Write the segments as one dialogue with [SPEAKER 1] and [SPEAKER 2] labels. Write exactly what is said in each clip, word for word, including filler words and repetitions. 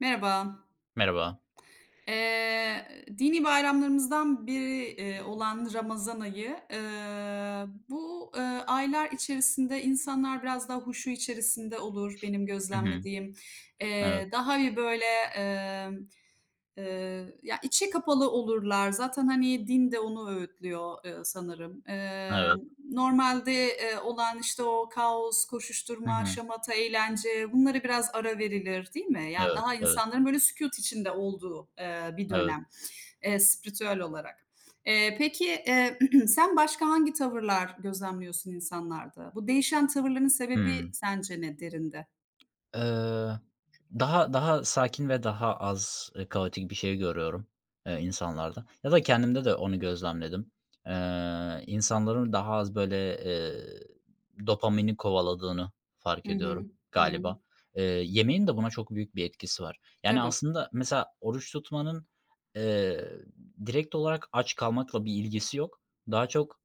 [SPEAKER 1] Merhaba.
[SPEAKER 2] Merhaba.
[SPEAKER 1] Eee, dini bayramlarımızdan biri, eee, olan Ramazan ayı, eee, bu, eee, aylar içerisinde insanlar biraz daha huşu içerisinde olur benim
[SPEAKER 2] Hı hı.
[SPEAKER 1] gözlemlediğim.
[SPEAKER 2] Evet,
[SPEAKER 1] Eee, daha bir böyle, emm, eee, ya, içe kapalı olurlar. Zaten, hani, din de onu öğütlüyor, eee, sanırım. Eee
[SPEAKER 2] evet.
[SPEAKER 1] Normalde, eee, olan, işte, o kaos,
[SPEAKER 2] Hı
[SPEAKER 1] koşuşturma,
[SPEAKER 2] hı.
[SPEAKER 1] şamata, eğlence bunlara biraz ara verilir, değil mi? Yani,
[SPEAKER 2] Evet,
[SPEAKER 1] daha
[SPEAKER 2] evet,
[SPEAKER 1] insanların böyle sükût içinde olduğu, eee, bir
[SPEAKER 2] evet.
[SPEAKER 1] dönem, eee, spiritüel olarak. Eee, peki, eee, sen başka hangi tavırlar gözlemliyorsun insanlarda? Bu değişen tavırların sebebi
[SPEAKER 2] Hımm.
[SPEAKER 1] sence ne derinde?
[SPEAKER 2] Eee, daha daha sakin ve daha az, eee, kaotik bir şey görüyorum, eee, insanlarda ya da kendimde de onu gözlemledim. Eee, insanların daha az böyle, eee, dopamini kovaladığını fark
[SPEAKER 1] Hı
[SPEAKER 2] ediyorum
[SPEAKER 1] hı. Hı hı.
[SPEAKER 2] galiba. Eee, yemeğin de buna çok büyük bir etkisi var. Yani,
[SPEAKER 1] Tabii.
[SPEAKER 2] aslında mesela oruç tutmanın, eee, direkt olarak aç kalmakla bir ilgisi yok. Daha çok,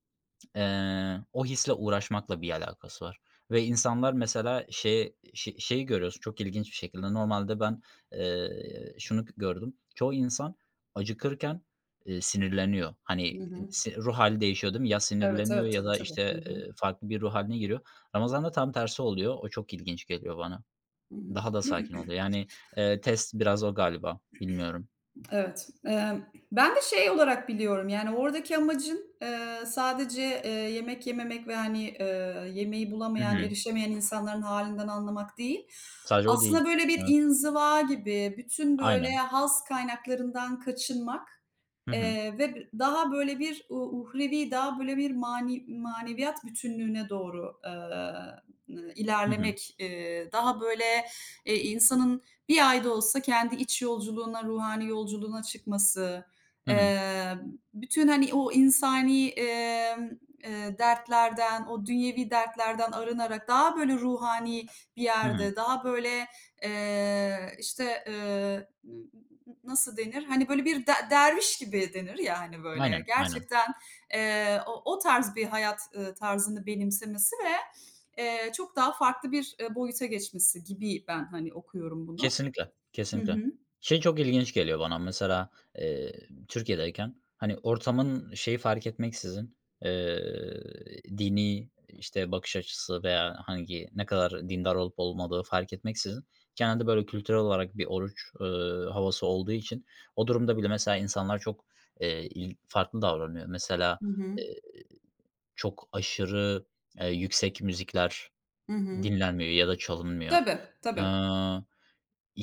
[SPEAKER 2] Eee, o hisle uğraşmakla bir alakası var ve insanlar mesela şey şe şeyi görüyorsun çok ilginç bir şekilde. Normalde ben, eee, şunu gördüm. Çoğu insan acıkırken, eee, sinirleniyor. Hani
[SPEAKER 1] Hı hı.
[SPEAKER 2] si ruh hâli değişiyor, değil mi? Ya
[SPEAKER 1] Evet,
[SPEAKER 2] sinirleniyor
[SPEAKER 1] evet.
[SPEAKER 2] ya
[SPEAKER 1] Tabii,
[SPEAKER 2] da,
[SPEAKER 1] tabii. Hı
[SPEAKER 2] işte,
[SPEAKER 1] hı.
[SPEAKER 2] eee, farklı bir ruh haline giriyor. Ramazan'da tam tersi oluyor. O çok ilginç geliyor bana.
[SPEAKER 1] Hı
[SPEAKER 2] Daha da
[SPEAKER 1] hı.
[SPEAKER 2] sakin oluyor. Yani, eee, test biraz o galiba. Bilmiyorum.
[SPEAKER 1] Evet. Emm, ben de şey olarak biliyorum, yani, oradaki amacın, eee, sadece, eee, yemek yememek ve, hani, eee, yemeği
[SPEAKER 2] Hı
[SPEAKER 1] bulamayan,
[SPEAKER 2] hı.
[SPEAKER 1] erişemeyen insanların hâlinden anlamak değil.
[SPEAKER 2] Sadece o değil.
[SPEAKER 1] Aslında böyle bir
[SPEAKER 2] Evet.
[SPEAKER 1] inziva gibi, bütün böyle
[SPEAKER 2] Aynen.
[SPEAKER 1] haz kaynaklarından kaçınmak,
[SPEAKER 2] Hı hı.
[SPEAKER 1] eee, ve b daha böyle bir u uhrevi, daha böyle bir mani maneviyat bütünlüğüne doğru, eee, ııı,
[SPEAKER 2] Hı hı.
[SPEAKER 1] ilerlemek, eee, daha böyle, eee, insanın bir ay da olsa kendi iç yolculuğuna, ruhani yolculuğuna çıkması,
[SPEAKER 2] Hı hı.
[SPEAKER 1] eee, bütün, hani, o insani, emm, eee, dertlerden, o dünyevi dertlerden arınarak daha böyle ruhani bir
[SPEAKER 2] Hı hı.
[SPEAKER 1] yerde, daha böyle, eee, işte, eee, n n nasıl denir? Hani, böyle bir de derviş gibi denir ya, hani, böyle.
[SPEAKER 2] Aynen, aynen.
[SPEAKER 1] Gerçekten, eee, o o tarz bir hayat, ııı, tarzını benimsemesi ve, eee, çok daha farklı bir, eee, boyuta geçmesi gibi ben, hani, okuyorum bunu.
[SPEAKER 2] Kesinlikle,
[SPEAKER 1] Hı
[SPEAKER 2] kesinlikle.
[SPEAKER 1] hı.
[SPEAKER 2] Şey çok ilginç geliyor bana mesela, eee, Türkiye'deyken, hani, ortamın şeyi fark etmeksizin, eee, dini, işte, bakış açısı veya hangi ne kadar dindar olup olmadığı fark etmeksizin genelde, böyle, kültürel olarak bir oruç, ııı, havası olduğu için o durumda bile mesela insanlar çok, eee, il farklı davranıyor. Mesela,
[SPEAKER 1] Hı hı.
[SPEAKER 2] eee, çok aşırı, eee, yüksek müzikler
[SPEAKER 1] Hı hı.
[SPEAKER 2] dinlenmiyor ya da çalınmıyor.
[SPEAKER 1] Tabii, tabii.
[SPEAKER 2] Eee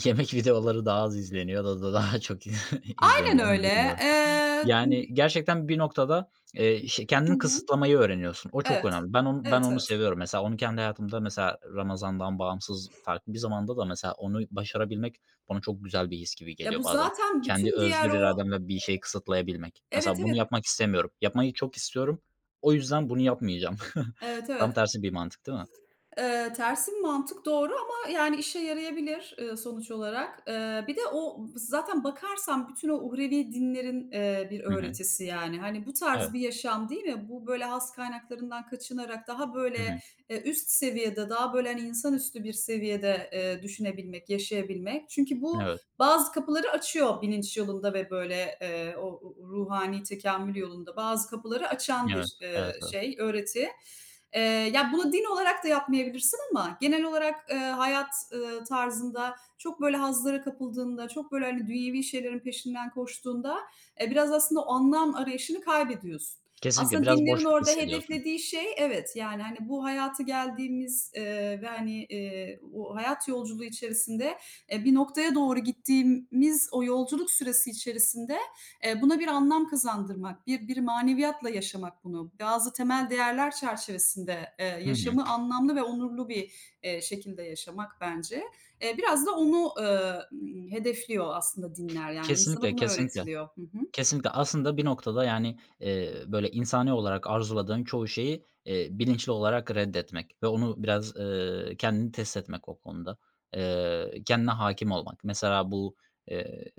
[SPEAKER 2] Yemek videoları daha az izleniyor da da daha çok
[SPEAKER 1] Aynen
[SPEAKER 2] izleniyor mu
[SPEAKER 1] öyle.
[SPEAKER 2] bilmiyorum.
[SPEAKER 1] Eee,
[SPEAKER 2] Yani gerçekten bir noktada, eee, işte,
[SPEAKER 1] hı
[SPEAKER 2] kendini
[SPEAKER 1] hı.
[SPEAKER 2] kısıtlamayı öğreniyorsun. O çok
[SPEAKER 1] Evet.
[SPEAKER 2] önemli. Ben onu ben
[SPEAKER 1] Evet,
[SPEAKER 2] onu
[SPEAKER 1] evet.
[SPEAKER 2] seviyorum. Mesela onu kendi hayatımda mesela Ramazan'dan bağımsız farklı bir zamanda da mesela onu başarabilmek bana çok güzel bir his gibi
[SPEAKER 1] Ya, bu
[SPEAKER 2] geliyor bazen.
[SPEAKER 1] zaten
[SPEAKER 2] Kendi
[SPEAKER 1] bütün diğer
[SPEAKER 2] özgür
[SPEAKER 1] o
[SPEAKER 2] irademle bir şeyi kısıtlayabilmek.
[SPEAKER 1] Evet,
[SPEAKER 2] Mesela bunu
[SPEAKER 1] evet.
[SPEAKER 2] yapmak istemiyorum. Yapmayı çok istiyorum. O yüzden bunu yapmayacağım.
[SPEAKER 1] Evet,
[SPEAKER 2] Tam
[SPEAKER 1] evet.
[SPEAKER 2] tersi bir mantık değil mi?
[SPEAKER 1] Eee, tersin mantık doğru ama, yani, işe yarayabilir, eee, sonuç olarak. Eee, bir de o zaten bakarsan bütün o uhrevi dinlerin, eee, bir
[SPEAKER 2] Hı hı.
[SPEAKER 1] öğretisi, yani. Hani, bu tarz
[SPEAKER 2] Evet.
[SPEAKER 1] bir yaşam, değil mi? Bu, böyle, has kaynaklarından kaçınarak daha, böyle,
[SPEAKER 2] Hı hı.
[SPEAKER 1] eee, üst seviyede, daha, böyle, hani, insanüstü bir seviyede, eee, düşünebilmek, yaşayabilmek. Çünkü bu
[SPEAKER 2] Evet.
[SPEAKER 1] bazı kapıları açıyor bilinç yolunda ve, böyle, eee, o ruhani tekâmmül yolunda bazı kapıları açan
[SPEAKER 2] Evet.
[SPEAKER 1] bir, eee,
[SPEAKER 2] Evet, evet.
[SPEAKER 1] şey, öğreti. Eee, ya, bunu din olarak da yapmayabilirsin ama genel olarak, eee, hayat, ııı, tarzında çok böyle hazlara kapıldığında, çok böyle, hani, dünyevi şeylerin peşinden koştuğunda, eee, biraz aslında o anlam arayışını kaybediyorsun.
[SPEAKER 2] Kesinlikle,
[SPEAKER 1] Aslında
[SPEAKER 2] biraz
[SPEAKER 1] dinlerin
[SPEAKER 2] boşluk
[SPEAKER 1] orada
[SPEAKER 2] hissediyorsun.
[SPEAKER 1] hedeflediği şey evet, yani, hani, bu hayata geldiğimiz, eee, ve, hani, eee, o hayat yolculuğu içerisinde, eee, bir noktaya doğru gittiğimiz o yolculuk süresi içerisinde, Eee, buna bir anlam kazandırmak, bir bir maneviyatla yaşamak bunu, bazı temel değerler çerçevesinde, eee,
[SPEAKER 2] Hı hı.
[SPEAKER 1] yaşamı anlamlı ve onurlu bir, eee, şekilde yaşamak bence. Eee, biraz da onu, eee, ımm, hedefliyor aslında dinler, yani, insana
[SPEAKER 2] Kesinlikle,
[SPEAKER 1] bunu
[SPEAKER 2] kesinlikle.
[SPEAKER 1] öğretiliyor. Hı hı.
[SPEAKER 2] Kesinlikle. Aslında bir noktada, yani, eee, böyle, insani olarak arzuladığın çoğu şeyi, eee, bilinçli olarak reddetmek ve onu biraz, eee, kendini test etmek o konuda. Eee, kendine hakim olmak. Mesela bu, eee,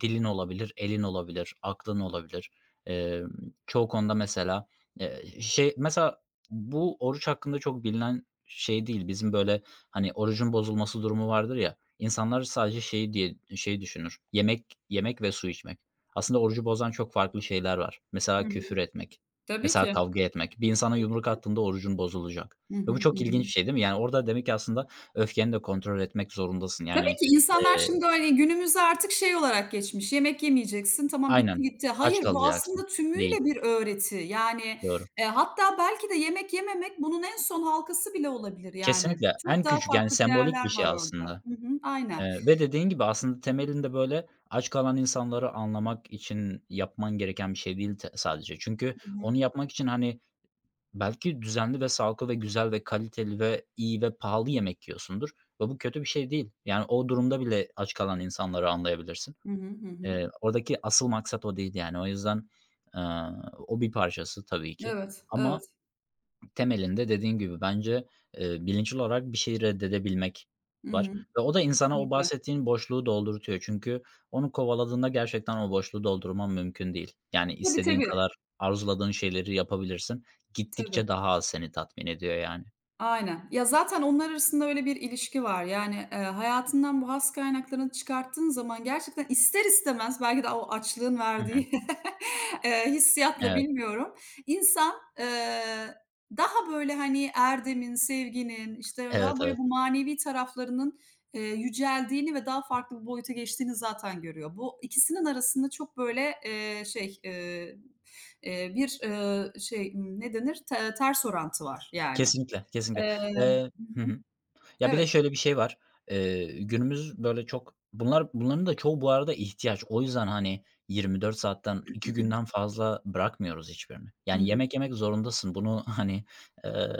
[SPEAKER 2] dilin olabilir, elin olabilir, aklın olabilir. Emm, çoğu konuda mesela, eee, şey mesela bu oruç hakkında çok bilinen şey değil. Bizim, böyle, hani, orucun bozulması durumu vardır ya, insanlar sadece şeyi diye, şey düşünür, yemek yemek ve su içmek. Aslında orucu bozan çok farklı şeyler var.
[SPEAKER 1] Hı
[SPEAKER 2] Mesela
[SPEAKER 1] hı.
[SPEAKER 2] küfür etmek,
[SPEAKER 1] Tabii
[SPEAKER 2] mesela
[SPEAKER 1] ki,
[SPEAKER 2] kavga etmek. Bir insana
[SPEAKER 1] tabii
[SPEAKER 2] yumruk
[SPEAKER 1] ki.
[SPEAKER 2] attığında orucun bozulacak
[SPEAKER 1] Hı hı.
[SPEAKER 2] ve bu
[SPEAKER 1] Hı
[SPEAKER 2] çok ilginç
[SPEAKER 1] hı.
[SPEAKER 2] bir şey değil mi? Yani orada demek ki aslında öfkeni de kontrol etmek zorundasın.
[SPEAKER 1] Tabii
[SPEAKER 2] Yani,
[SPEAKER 1] ki insanlar
[SPEAKER 2] eee
[SPEAKER 1] şimdi, hani, günümüzü artık şey olarak geçmiş, yemek yemeyeceksin, tamam bitti
[SPEAKER 2] Aynen.
[SPEAKER 1] gitti.
[SPEAKER 2] Aç
[SPEAKER 1] Hayır, bu
[SPEAKER 2] kalacaksın.
[SPEAKER 1] aslında
[SPEAKER 2] Değil.
[SPEAKER 1] tümüyle bir öğreti. Yani,
[SPEAKER 2] Doğru.
[SPEAKER 1] eee, hatta belki de yemek yememek bunun en son halkası bile olabilir yani.
[SPEAKER 2] Kesinlikle.
[SPEAKER 1] Çok
[SPEAKER 2] En
[SPEAKER 1] daha
[SPEAKER 2] küçük, yani
[SPEAKER 1] farklı
[SPEAKER 2] sembolik
[SPEAKER 1] değerler
[SPEAKER 2] bir şey
[SPEAKER 1] var orada.
[SPEAKER 2] aslında.
[SPEAKER 1] Hı hı, aynen.
[SPEAKER 2] Eee, ve dediğin gibi aslında temelinde, böyle, aç kalan insanları anlamak için yapman gereken bir şey değil te sadece. Çünkü
[SPEAKER 1] Hı hı.
[SPEAKER 2] onu yapmak için, hani, belki düzenli ve sağlıklı ve güzel ve kaliteli ve iyi ve pahalı yemek yiyorsundur ve bu kötü bir şey değil. Yani o durumda bile aç kalan insanları anlayabilirsin.
[SPEAKER 1] Hı hı, hı hı.
[SPEAKER 2] Eee, oradaki asıl maksat o değil yani. O yüzden, eee, o bir parçası tabii ki
[SPEAKER 1] Evet, evet.
[SPEAKER 2] ama temelinde dediğin gibi bence, eee, bilinçli olarak bir şeyi reddedebilmek
[SPEAKER 1] Hı
[SPEAKER 2] var
[SPEAKER 1] hı.
[SPEAKER 2] ve o da insana o
[SPEAKER 1] Kesinlikle.
[SPEAKER 2] bahsettiğin boşluğu doldurtuyor. Çünkü onu kovaladığında gerçekten o boşluğu doldurman mümkün değil. Yani
[SPEAKER 1] Tabii,
[SPEAKER 2] istediğin
[SPEAKER 1] tabii,
[SPEAKER 2] kadar arzuladığın şeyleri yapabilirsin.
[SPEAKER 1] tabii.
[SPEAKER 2] Gittikçe daha az seni tatmin ediyor yani.
[SPEAKER 1] Aynen. Ya, zaten onlar arasında öyle bir ilişki var. Yani, eee, hayatından bu has kaynaklarını çıkarttığın zaman gerçekten ister istemez belki de o açlığın
[SPEAKER 2] Hı hı.
[SPEAKER 1] verdiği, eee, hissiyatla
[SPEAKER 2] Evet,
[SPEAKER 1] bilmiyorum, insan, eee, daha böyle, hani, erdemin, sevginin, işte, daha
[SPEAKER 2] evet,
[SPEAKER 1] böyle
[SPEAKER 2] evet.
[SPEAKER 1] bu manevi taraflarının, eee, yüceldiğini ve daha farklı bir boyuta geçtiğini zaten görüyor. Bu ikisinin arasında çok böyle, eee, şey, eee, eee, bir, eee, şey, ne denir? Te ters orantı var yani.
[SPEAKER 2] Kesinlikle, kesinlikle.
[SPEAKER 1] Eee
[SPEAKER 2] Eee
[SPEAKER 1] Hı
[SPEAKER 2] Hı
[SPEAKER 1] hı.
[SPEAKER 2] hı. Ya, bir de
[SPEAKER 1] Evet.
[SPEAKER 2] şöyle bir şey var. Eee, günümüz böyle çok bunlar bunların da çoğu bu arada ihtiyaç. O yüzden, hani, yirmi dört saatten iki günden fazla bırakmıyoruz hiçbirini.
[SPEAKER 1] Hı
[SPEAKER 2] Yani
[SPEAKER 1] hı.
[SPEAKER 2] yemek yemek zorundasın. Bunu, hani, eee,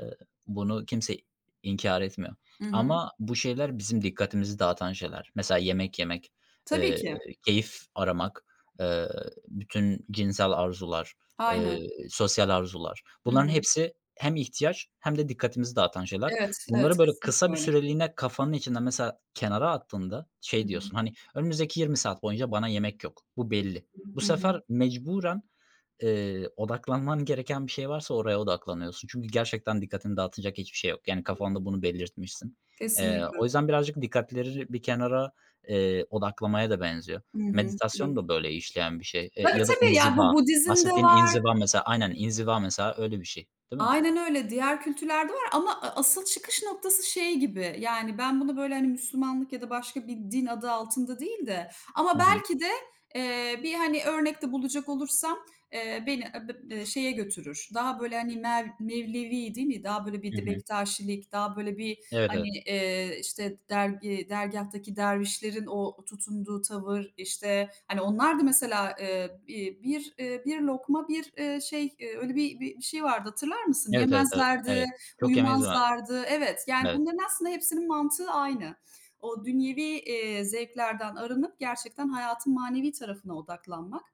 [SPEAKER 2] bunu kimse inkar etmiyor.
[SPEAKER 1] Hı hı.
[SPEAKER 2] Ama bu şeyler bizim dikkatimizi dağıtan şeyler. Mesela yemek yemek,
[SPEAKER 1] Tabii
[SPEAKER 2] eee,
[SPEAKER 1] ki.
[SPEAKER 2] keyif aramak, eee, bütün cinsel arzular, eee,
[SPEAKER 1] Aynen.
[SPEAKER 2] sosyal arzular.
[SPEAKER 1] Hı
[SPEAKER 2] Bunların
[SPEAKER 1] hı.
[SPEAKER 2] hepsi hem ihtiyaç hem de dikkatimizi dağıtan şeyler.
[SPEAKER 1] Evet, evet,
[SPEAKER 2] Bunları böyle
[SPEAKER 1] kesinlikle
[SPEAKER 2] kısa bir
[SPEAKER 1] öyle.
[SPEAKER 2] süreliğine kafanın içinde mesela kenara attığında
[SPEAKER 1] Hı
[SPEAKER 2] şey
[SPEAKER 1] hı.
[SPEAKER 2] diyorsun, hani, "Önümüzdeki yirmi saat boyunca bana yemek yok. Bu belli." Bu
[SPEAKER 1] Hı
[SPEAKER 2] sefer
[SPEAKER 1] hı.
[SPEAKER 2] mecburen, eee, odaklanman gereken bir şey varsa oraya odaklanıyorsun. Çünkü gerçekten dikkatini dağıtacak hiçbir şey yok. Yani kafanda bunu belirtmişsin. Eee,
[SPEAKER 1] Kesinlikle.
[SPEAKER 2] o yüzden birazcık dikkatleri bir kenara, eee, odaklamaya da benziyor.
[SPEAKER 1] Hı hı. Evet.
[SPEAKER 2] Meditasyon da böyle işleyen bir şey, eee,
[SPEAKER 1] Tabii,
[SPEAKER 2] ya da
[SPEAKER 1] tabii. Ya, bu
[SPEAKER 2] inziva.
[SPEAKER 1] Budizm'de
[SPEAKER 2] Bahsettiğin
[SPEAKER 1] var.
[SPEAKER 2] inziva mesela aynen, inziva mesela öyle bir şey, değil mi?
[SPEAKER 1] Aynen öyle. Diğer kültürlerde var ama a asıl çıkış noktası şey gibi, yani, ben bunu, böyle, hani, Müslümanlık ya da başka bir din adı altında değil de ama
[SPEAKER 2] Hı hı.
[SPEAKER 1] belki de, eee, bir, hani, örnekte bulacak olursam, eee, beni, eee, b eee, şeye götürür. Daha, böyle, hani, mev Mevlevi değil mi? Daha, böyle, bir
[SPEAKER 2] Hı
[SPEAKER 1] de
[SPEAKER 2] hı.
[SPEAKER 1] Bektaşilik, daha, böyle, bir
[SPEAKER 2] Evet,
[SPEAKER 1] Hani,
[SPEAKER 2] evet.
[SPEAKER 1] eee, işte, dergi dergâhtaki dervişlerin o tutunduğu tavır, işte, hani, onlar da mesela, eee, iii, bir, eee, bir lokma bir, eee, şey, eee, öyle bir bir bir şey vardı hatırlar mısın?
[SPEAKER 2] Evet, evet, evet,
[SPEAKER 1] Yemezlerdi,
[SPEAKER 2] evet. Çok yemeyiz var.
[SPEAKER 1] uyumazlardı. Evet, yani,
[SPEAKER 2] Evet.
[SPEAKER 1] bunların aslında hepsinin mantığı aynı. O dünyevi, eee, zevklerden arınıp gerçekten hayatın manevi tarafına odaklanmak.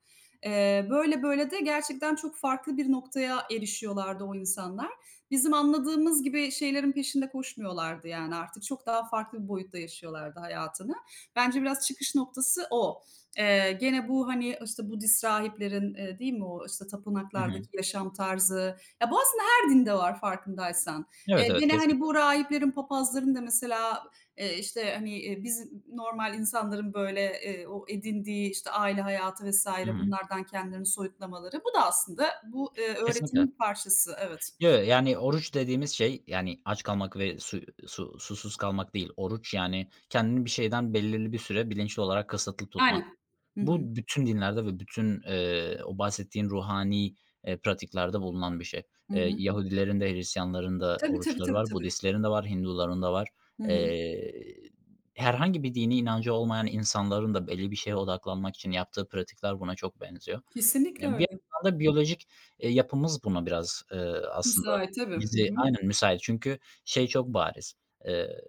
[SPEAKER 1] Eee, böyle böyle de gerçekten çok farklı bir noktaya erişiyorlardı o insanlar bizim anladığımız gibi şeylerin peşinde koşmuyorlardı yani artık çok daha farklı bir boyutta yaşıyorlardı hayatını. Bence biraz çıkış noktası o. Eee, gene bu, hani, işte, Budist rahiplerin, eee, değil mi o, işte,
[SPEAKER 2] Hı
[SPEAKER 1] tapınaklardaki
[SPEAKER 2] hı.
[SPEAKER 1] yaşam tarzı, ya, bu aslında her dinde var farkındaysan. Eee,
[SPEAKER 2] Evet, evet,
[SPEAKER 1] gene, hani,
[SPEAKER 2] kesinlikle.
[SPEAKER 1] bu rahiplerin, papazların da mesela, eee, işte, hani, eee, bizim normal insanların böyle, eee, o edindiği, işte, aile hayatı
[SPEAKER 2] Hı
[SPEAKER 1] vesaire
[SPEAKER 2] hı.
[SPEAKER 1] bunlardan kendilerini soyutlamaları bu da aslında bu, eee,
[SPEAKER 2] Kesinlikle.
[SPEAKER 1] öğretimin parçası. Evet.
[SPEAKER 2] Yo, yani oruç dediğimiz şey, yani aç kalmak ve su su susuz kalmak değil. Oruç, yani kendini bir şeyden belirli bir süre bilinçli olarak kısıtlı tutmak.
[SPEAKER 1] Aynen. Hı hı.
[SPEAKER 2] Bu bütün dinlerde ve bütün, eee, o bahsettiğin ruhani, eee, pratiklerde bulunan bir şey.
[SPEAKER 1] Hı
[SPEAKER 2] Eee,
[SPEAKER 1] hı.
[SPEAKER 2] Yahudilerin de Hristiyanların da
[SPEAKER 1] Tabii, tabii,
[SPEAKER 2] oruçları
[SPEAKER 1] tabii,
[SPEAKER 2] var,
[SPEAKER 1] tabii.
[SPEAKER 2] Budistlerin de var, Hinduların da var.
[SPEAKER 1] Hı hı.
[SPEAKER 2] Eee, herhangi bir dini inancı olmayan insanların da belli bir şeye odaklanmak için yaptığı pratikler buna çok benziyor.
[SPEAKER 1] Kesinlikle
[SPEAKER 2] Ya, bir
[SPEAKER 1] öyle.
[SPEAKER 2] yandan da biyolojik, eee, yapımız buna biraz, eee, aslında
[SPEAKER 1] Müsait, tabii. Hı
[SPEAKER 2] bizi
[SPEAKER 1] hı.
[SPEAKER 2] aynen, müsait. Çünkü şey çok bariz, eee,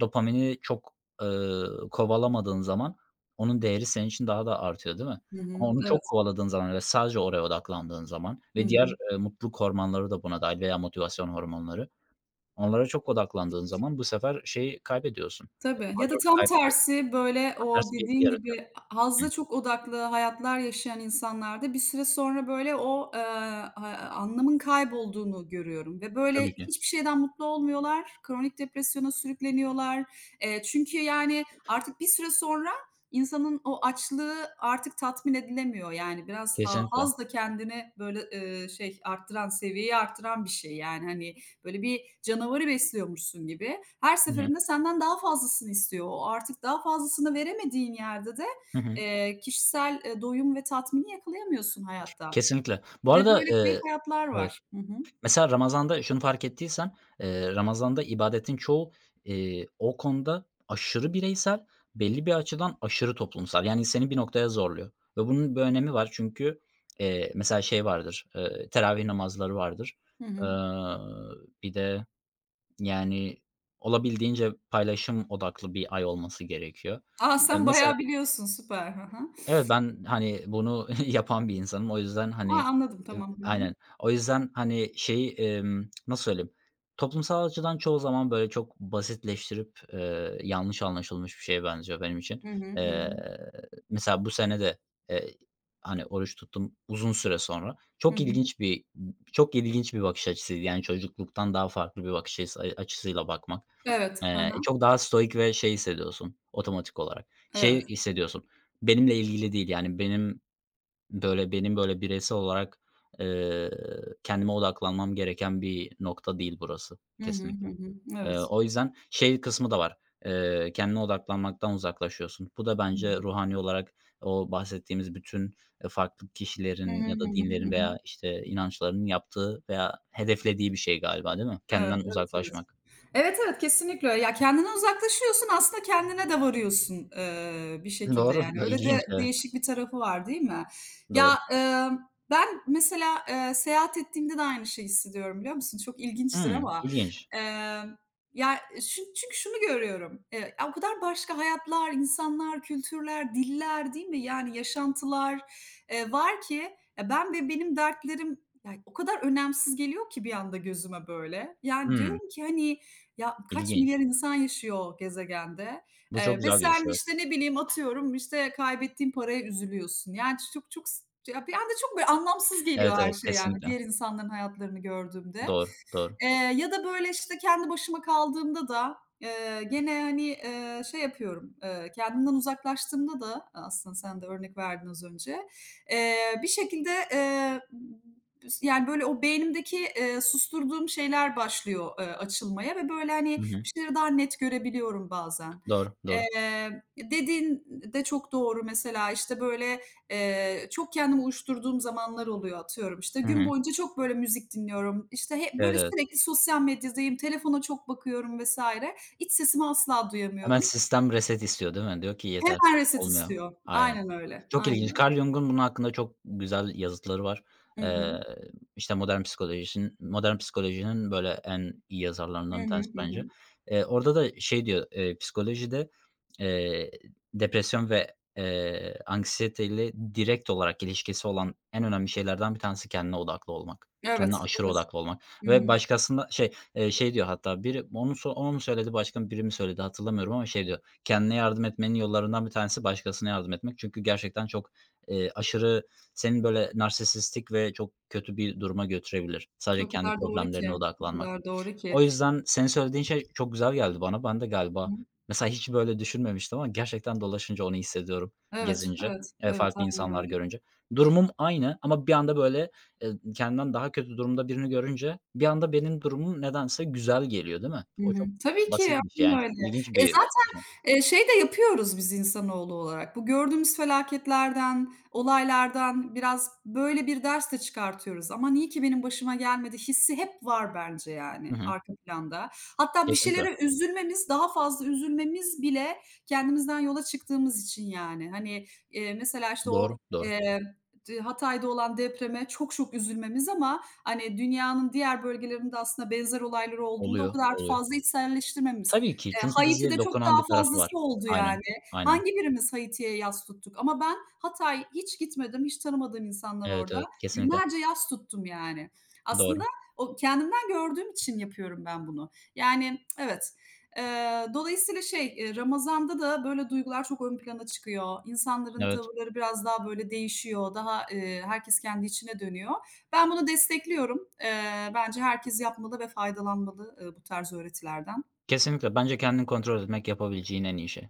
[SPEAKER 2] dopamini çok, eee, kovalamadığın zaman onun değeri senin için daha da artıyor, değil mi?
[SPEAKER 1] Hı hı.
[SPEAKER 2] Ama onu çok
[SPEAKER 1] Evet.
[SPEAKER 2] kovaladığın zaman ve sadece oraya odaklandığın zaman
[SPEAKER 1] Hı
[SPEAKER 2] ve diğer,
[SPEAKER 1] hı.
[SPEAKER 2] eee, mutluluk hormonları da buna dâhil veya motivasyon hormonları, onlara çok odaklandığın zaman bu sefer şeyi kaybediyorsun, eee,
[SPEAKER 1] Tabii ya da
[SPEAKER 2] kontrolü
[SPEAKER 1] tam
[SPEAKER 2] kaybediyorsun.
[SPEAKER 1] tersi, böyle,
[SPEAKER 2] Tam
[SPEAKER 1] o
[SPEAKER 2] tersi bir etki
[SPEAKER 1] dediğin
[SPEAKER 2] yaratıyor.
[SPEAKER 1] gibi ha
[SPEAKER 2] Hı,
[SPEAKER 1] hazza çok odaklı hayatlar yaşayan insanlarda bir süre sonra, böyle, o, eee, ha anlamın kaybolduğunu görüyorum ve, böyle,
[SPEAKER 2] tabii ki.
[SPEAKER 1] hiçbir şeyden mutlu olmuyorlar, kronik depresyona sürükleniyorlar. Eee, çünkü, yani, artık bir süre sonra insanın o açlığı artık tatmin edilemiyor. Yani biraz ha
[SPEAKER 2] Kesinlikle.
[SPEAKER 1] haz da kendini, böyle, eee, şey, arttıran, seviyeyi arttıran bir şey. Yani, hani, Böyle bir canavarı besliyormuşsun gibi. Her
[SPEAKER 2] Hı hı.
[SPEAKER 1] seferinde senden daha fazlasını istiyor. O artık daha fazlasını veremediğin yerde de,
[SPEAKER 2] Hı hı.
[SPEAKER 1] eee, kişisel, eee, doyum ve tatmini yakalayamıyorsun hayatta
[SPEAKER 2] Kesinlikle. Bu
[SPEAKER 1] ve
[SPEAKER 2] arada,
[SPEAKER 1] böyle kayıp
[SPEAKER 2] eee,
[SPEAKER 1] hayatlar
[SPEAKER 2] evet,
[SPEAKER 1] var. Hı hı.
[SPEAKER 2] mesela Ramazan'da şunu fark ettiysen, eee, Ramazan'da ibadetin çoğu, eee, o konuda aşırı bireysel, belli bir açıdan aşırı toplumsal. Yani seni bir noktaya zorluyor ve bunun bir önemi var çünkü, eee, mesela şey vardır, eee, teravih namazları vardır.
[SPEAKER 1] Hı
[SPEAKER 2] Eee,
[SPEAKER 1] hı.
[SPEAKER 2] bir de, yani, olabildiğince paylaşım odaklı bir ay olması gerekiyor.
[SPEAKER 1] A,
[SPEAKER 2] Eee,
[SPEAKER 1] sen
[SPEAKER 2] mesela
[SPEAKER 1] bayağı biliyorsun, süper. Hı hı.
[SPEAKER 2] evet, ben, hani, bunu yapan bir insanım. O yüzden,
[SPEAKER 1] A,
[SPEAKER 2] hani,
[SPEAKER 1] anladım,
[SPEAKER 2] ev
[SPEAKER 1] tamam. Hı hı.
[SPEAKER 2] aynen. O yüzden, hani, şeyi, emm, nasıl söyleyeyim, toplumsal açıdan çoğu zaman, böyle, çok basitleştirip, eee, yanlış anlaşılmış bir şeye benziyor benim için.
[SPEAKER 1] Hı hı, hı
[SPEAKER 2] Eee,
[SPEAKER 1] hı.
[SPEAKER 2] mesela bu sene de, eee, hani, oruç tuttum uzun süre sonra.
[SPEAKER 1] Hı
[SPEAKER 2] Çok
[SPEAKER 1] hı.
[SPEAKER 2] ilginç bir çok ilginç bir bakış açısıydı. Yani çocukluktan daha farklı bir bakış açısı açısıyla bakmak.
[SPEAKER 1] Evet. Hı hı.
[SPEAKER 2] Eee, çok daha stoik ve şey hissediyorsun otomatik olarak. Şey
[SPEAKER 1] Evet.
[SPEAKER 2] hissediyorsun, benimle ilgili değil, yani, benim, böyle, benim, böyle, bireysel olarak, eee, kendime odaklanmam gereken bir nokta değil burası
[SPEAKER 1] Hı hı, hı
[SPEAKER 2] kesinlikle.
[SPEAKER 1] hı.
[SPEAKER 2] Eee,
[SPEAKER 1] Evet.
[SPEAKER 2] o yüzden şey kısmı da var, eee, kendine odaklanmaktan uzaklaşıyorsun. Bu da
[SPEAKER 1] Hı
[SPEAKER 2] bence
[SPEAKER 1] hı.
[SPEAKER 2] ruhani olarak o bahsettiğimiz bütün, eee, farklı
[SPEAKER 1] Hı
[SPEAKER 2] kişilerin
[SPEAKER 1] hı,
[SPEAKER 2] ya
[SPEAKER 1] hı
[SPEAKER 2] da
[SPEAKER 1] hı, hı
[SPEAKER 2] dinlerin veya,
[SPEAKER 1] hı.
[SPEAKER 2] işte, inançların yaptığı veya hedeflediği bir şey galiba, değil mi?
[SPEAKER 1] Evet,
[SPEAKER 2] Kendinden
[SPEAKER 1] evet, evet.
[SPEAKER 2] uzaklaşmak.
[SPEAKER 1] Evet, evet, kesinlikle öyle. Ya, kendinden uzaklaşıyorsun, aslında kendine de varıyorsun, eee, bir şekilde
[SPEAKER 2] Doğru,
[SPEAKER 1] yani.
[SPEAKER 2] da
[SPEAKER 1] Öyle
[SPEAKER 2] ilginç,
[SPEAKER 1] de
[SPEAKER 2] evet.
[SPEAKER 1] değişik bir tarafı var, değil mi?
[SPEAKER 2] Doğru.
[SPEAKER 1] Ya, emm, ben mesela, eee, seyahat ettiğimde de aynı şeyi hissediyorum, biliyor musun? Çok ilginçtir
[SPEAKER 2] Hımm,
[SPEAKER 1] ama.
[SPEAKER 2] ilginç.
[SPEAKER 1] Emm, ya, çün çünkü şunu görüyorum, eee, ya, o kadar başka hayatlar, insanlar, kültürler, diller, değil mi? Yani yaşantılar, eee, var ki, ya, ben ve benim dertlerim ya, o kadar önemsiz geliyor ki bir anda gözüme böyle. Yani,
[SPEAKER 2] Hımm,
[SPEAKER 1] diyorum ki, hani, ya, kaç
[SPEAKER 2] ilginç.
[SPEAKER 1] milyar insan yaşıyor gezegende,
[SPEAKER 2] Bu çok
[SPEAKER 1] eee, ve
[SPEAKER 2] güzel bir his,
[SPEAKER 1] sen,
[SPEAKER 2] evet.
[SPEAKER 1] işte, ne bileyim, atıyorum, işte, kaybettiğin paraya üzülüyorsun. Yani, çok çok s ya, bir anda çok böyle anlamsız geliyor
[SPEAKER 2] Evet,
[SPEAKER 1] her
[SPEAKER 2] evet,
[SPEAKER 1] şey, yani,
[SPEAKER 2] kesinlikle.
[SPEAKER 1] diğer insanların hayatlarını gördüğümde.
[SPEAKER 2] Doğru, doğru.
[SPEAKER 1] Eee, ya da, böyle, işte, kendi başıma kaldığımda da, eee, gene, hani, eee, şey yapıyorum, eee, kendimden uzaklaştığımda da e, aslında sen de örnek verdin az önce, eee, bir şekilde, eee, yani, böyle, o beynimdeki, eee, susturduğum şeyler başlıyor, eee, açılmaya ve, böyle, hani,
[SPEAKER 2] Hı hı.
[SPEAKER 1] bir şeyleri daha net görebiliyorum bazen.
[SPEAKER 2] Doğru, doğru.
[SPEAKER 1] Eee, dediğin de çok doğru mesela, işte, böyle, Eee, çok kendimi uyuşturduğum zamanlar oluyor atıyorum. İşte,
[SPEAKER 2] Hı
[SPEAKER 1] gün
[SPEAKER 2] hı.
[SPEAKER 1] boyunca çok, böyle, müzik dinliyorum. İşte, hep,
[SPEAKER 2] Evet,
[SPEAKER 1] böyle,
[SPEAKER 2] evet.
[SPEAKER 1] sürekli sosyal medyadayım, telefona çok bakıyorum vesaire. İç sesimi asla
[SPEAKER 2] Hemen
[SPEAKER 1] duyamıyorum.
[SPEAKER 2] sistem reset istiyor, değil mi? Diyor ki yeter,
[SPEAKER 1] Hemen reset
[SPEAKER 2] olmuyor.
[SPEAKER 1] istiyor.
[SPEAKER 2] Aynen.
[SPEAKER 1] Aynen öyle,
[SPEAKER 2] Çok
[SPEAKER 1] aynen
[SPEAKER 2] ilginç.
[SPEAKER 1] öyle.
[SPEAKER 2] Carl Jung'un bunun hakkında çok güzel yazıtları var.
[SPEAKER 1] Hı hı.
[SPEAKER 2] Eee, işte, modern psikolojinin, modern psikolojinin böyle en iyi
[SPEAKER 1] Hı
[SPEAKER 2] yazarlarından bir tanesi
[SPEAKER 1] hı, hı
[SPEAKER 2] bence.
[SPEAKER 1] hı.
[SPEAKER 2] Eee, orada da şey diyor, eee, psikolojide, eee, depresyon ve, eee, anksiyeteyle direkt olarak ilişkisi olan en önemli şeylerden bir tanesi kendine odaklı olmak. Kendine
[SPEAKER 1] Evet,
[SPEAKER 2] aşırı
[SPEAKER 1] evet.
[SPEAKER 2] odaklı olmak
[SPEAKER 1] Hı
[SPEAKER 2] ve
[SPEAKER 1] hı.
[SPEAKER 2] başkasında şey, eee, şey diyor hatta biri onu so onu mu söyledi, başka biri mi söyledi hatırlamıyorum ama şey diyor, kendine yardım etmenin yollarından bir tanesi başkasına yardım etmek. Çünkü gerçekten çok, eee, aşırı senin böyle narsisistik ve çok kötü bir duruma götürebilir.
[SPEAKER 1] O
[SPEAKER 2] Sadece kendi
[SPEAKER 1] kadar doğru ki,
[SPEAKER 2] problemlerine
[SPEAKER 1] o
[SPEAKER 2] odaklanmak.
[SPEAKER 1] kadar doğru ki.
[SPEAKER 2] O yüzden senin söylediğin şey çok güzel geldi bana. Ben de
[SPEAKER 1] Hı
[SPEAKER 2] galiba
[SPEAKER 1] hı.
[SPEAKER 2] mesela hiç böyle düşünmemiştim ama gerçekten dolaşınca onu hissediyorum,
[SPEAKER 1] Evet,
[SPEAKER 2] gezince,
[SPEAKER 1] evet,
[SPEAKER 2] eee,
[SPEAKER 1] evet.
[SPEAKER 2] farklı
[SPEAKER 1] Aynen
[SPEAKER 2] insanlar
[SPEAKER 1] öyle.
[SPEAKER 2] görünce. Durumum aynı ama bir anda böyle, eee, kendimden daha kötü durumda birini görünce bir anda benim durumum nedense güzel geliyor, değil mi?
[SPEAKER 1] Hı
[SPEAKER 2] O
[SPEAKER 1] hı.
[SPEAKER 2] çok
[SPEAKER 1] Tabii ki,
[SPEAKER 2] basit bir şey yani
[SPEAKER 1] aynen
[SPEAKER 2] çok
[SPEAKER 1] öyle.
[SPEAKER 2] ilginç
[SPEAKER 1] E,
[SPEAKER 2] bir.
[SPEAKER 1] zaten, eee, şey de yapıyoruz biz insanoğlu olarak. Bu gördüğümüz felaketlerden, olaylardan biraz böyle bir ders de çıkartıyoruz. "Aman iyi ki benim başıma gelmedi." hissi hep var bence yani
[SPEAKER 2] Hı.
[SPEAKER 1] arka planda. Hatta bir
[SPEAKER 2] Kesinlikle.
[SPEAKER 1] şeylere üzülmemiz, daha fazla üzülmemiz bile kendimizden yola çıktığımız için yani. Hani, eee, mesela işte o,
[SPEAKER 2] Doğru, doğru.
[SPEAKER 1] eee, d Hatay'da olan depreme çok çok üzülmemiz ama Hani, dünyanın diğer bölgelerinde aslında benzer olaylar olduğunda o
[SPEAKER 2] Oluyor,
[SPEAKER 1] kadar
[SPEAKER 2] oluyor.
[SPEAKER 1] fazla içselleştirmemiz.
[SPEAKER 2] Tabii ki
[SPEAKER 1] Eee,
[SPEAKER 2] çünkü bize
[SPEAKER 1] Haiti'de çok
[SPEAKER 2] dokunan
[SPEAKER 1] daha
[SPEAKER 2] bir tarafı var.
[SPEAKER 1] fazlası oldu yani.
[SPEAKER 2] Aynen, aynen.
[SPEAKER 1] Hangi birimiz Haiti'ye yas tuttuk? Ama ben Hatay hiç gitmedim, hiç tanımadığım insanlar
[SPEAKER 2] Evet,
[SPEAKER 1] orada.
[SPEAKER 2] evet, kesinlikle.
[SPEAKER 1] Günlerce yas tuttum yani. Aslında
[SPEAKER 2] Doğru.
[SPEAKER 1] o kendimden gördüğüm için yapıyorum ben bunu. Yani evet, eee, dolayısıyla şey, eee, Ramazan'da da böyle duygular çok ön plana çıkıyor. İnsanların
[SPEAKER 2] Evet,
[SPEAKER 1] tavırları biraz daha böyle değişiyor. Daha, eee, herkes kendi içine dönüyor. Ben bunu destekliyorum. Eee, bence herkes yapmalı ve faydalanmalı, eee, bu tarz öğretilerden.
[SPEAKER 2] kesinlikle. Bence kendini kontrol etmek yapabileceğin en iyi şey.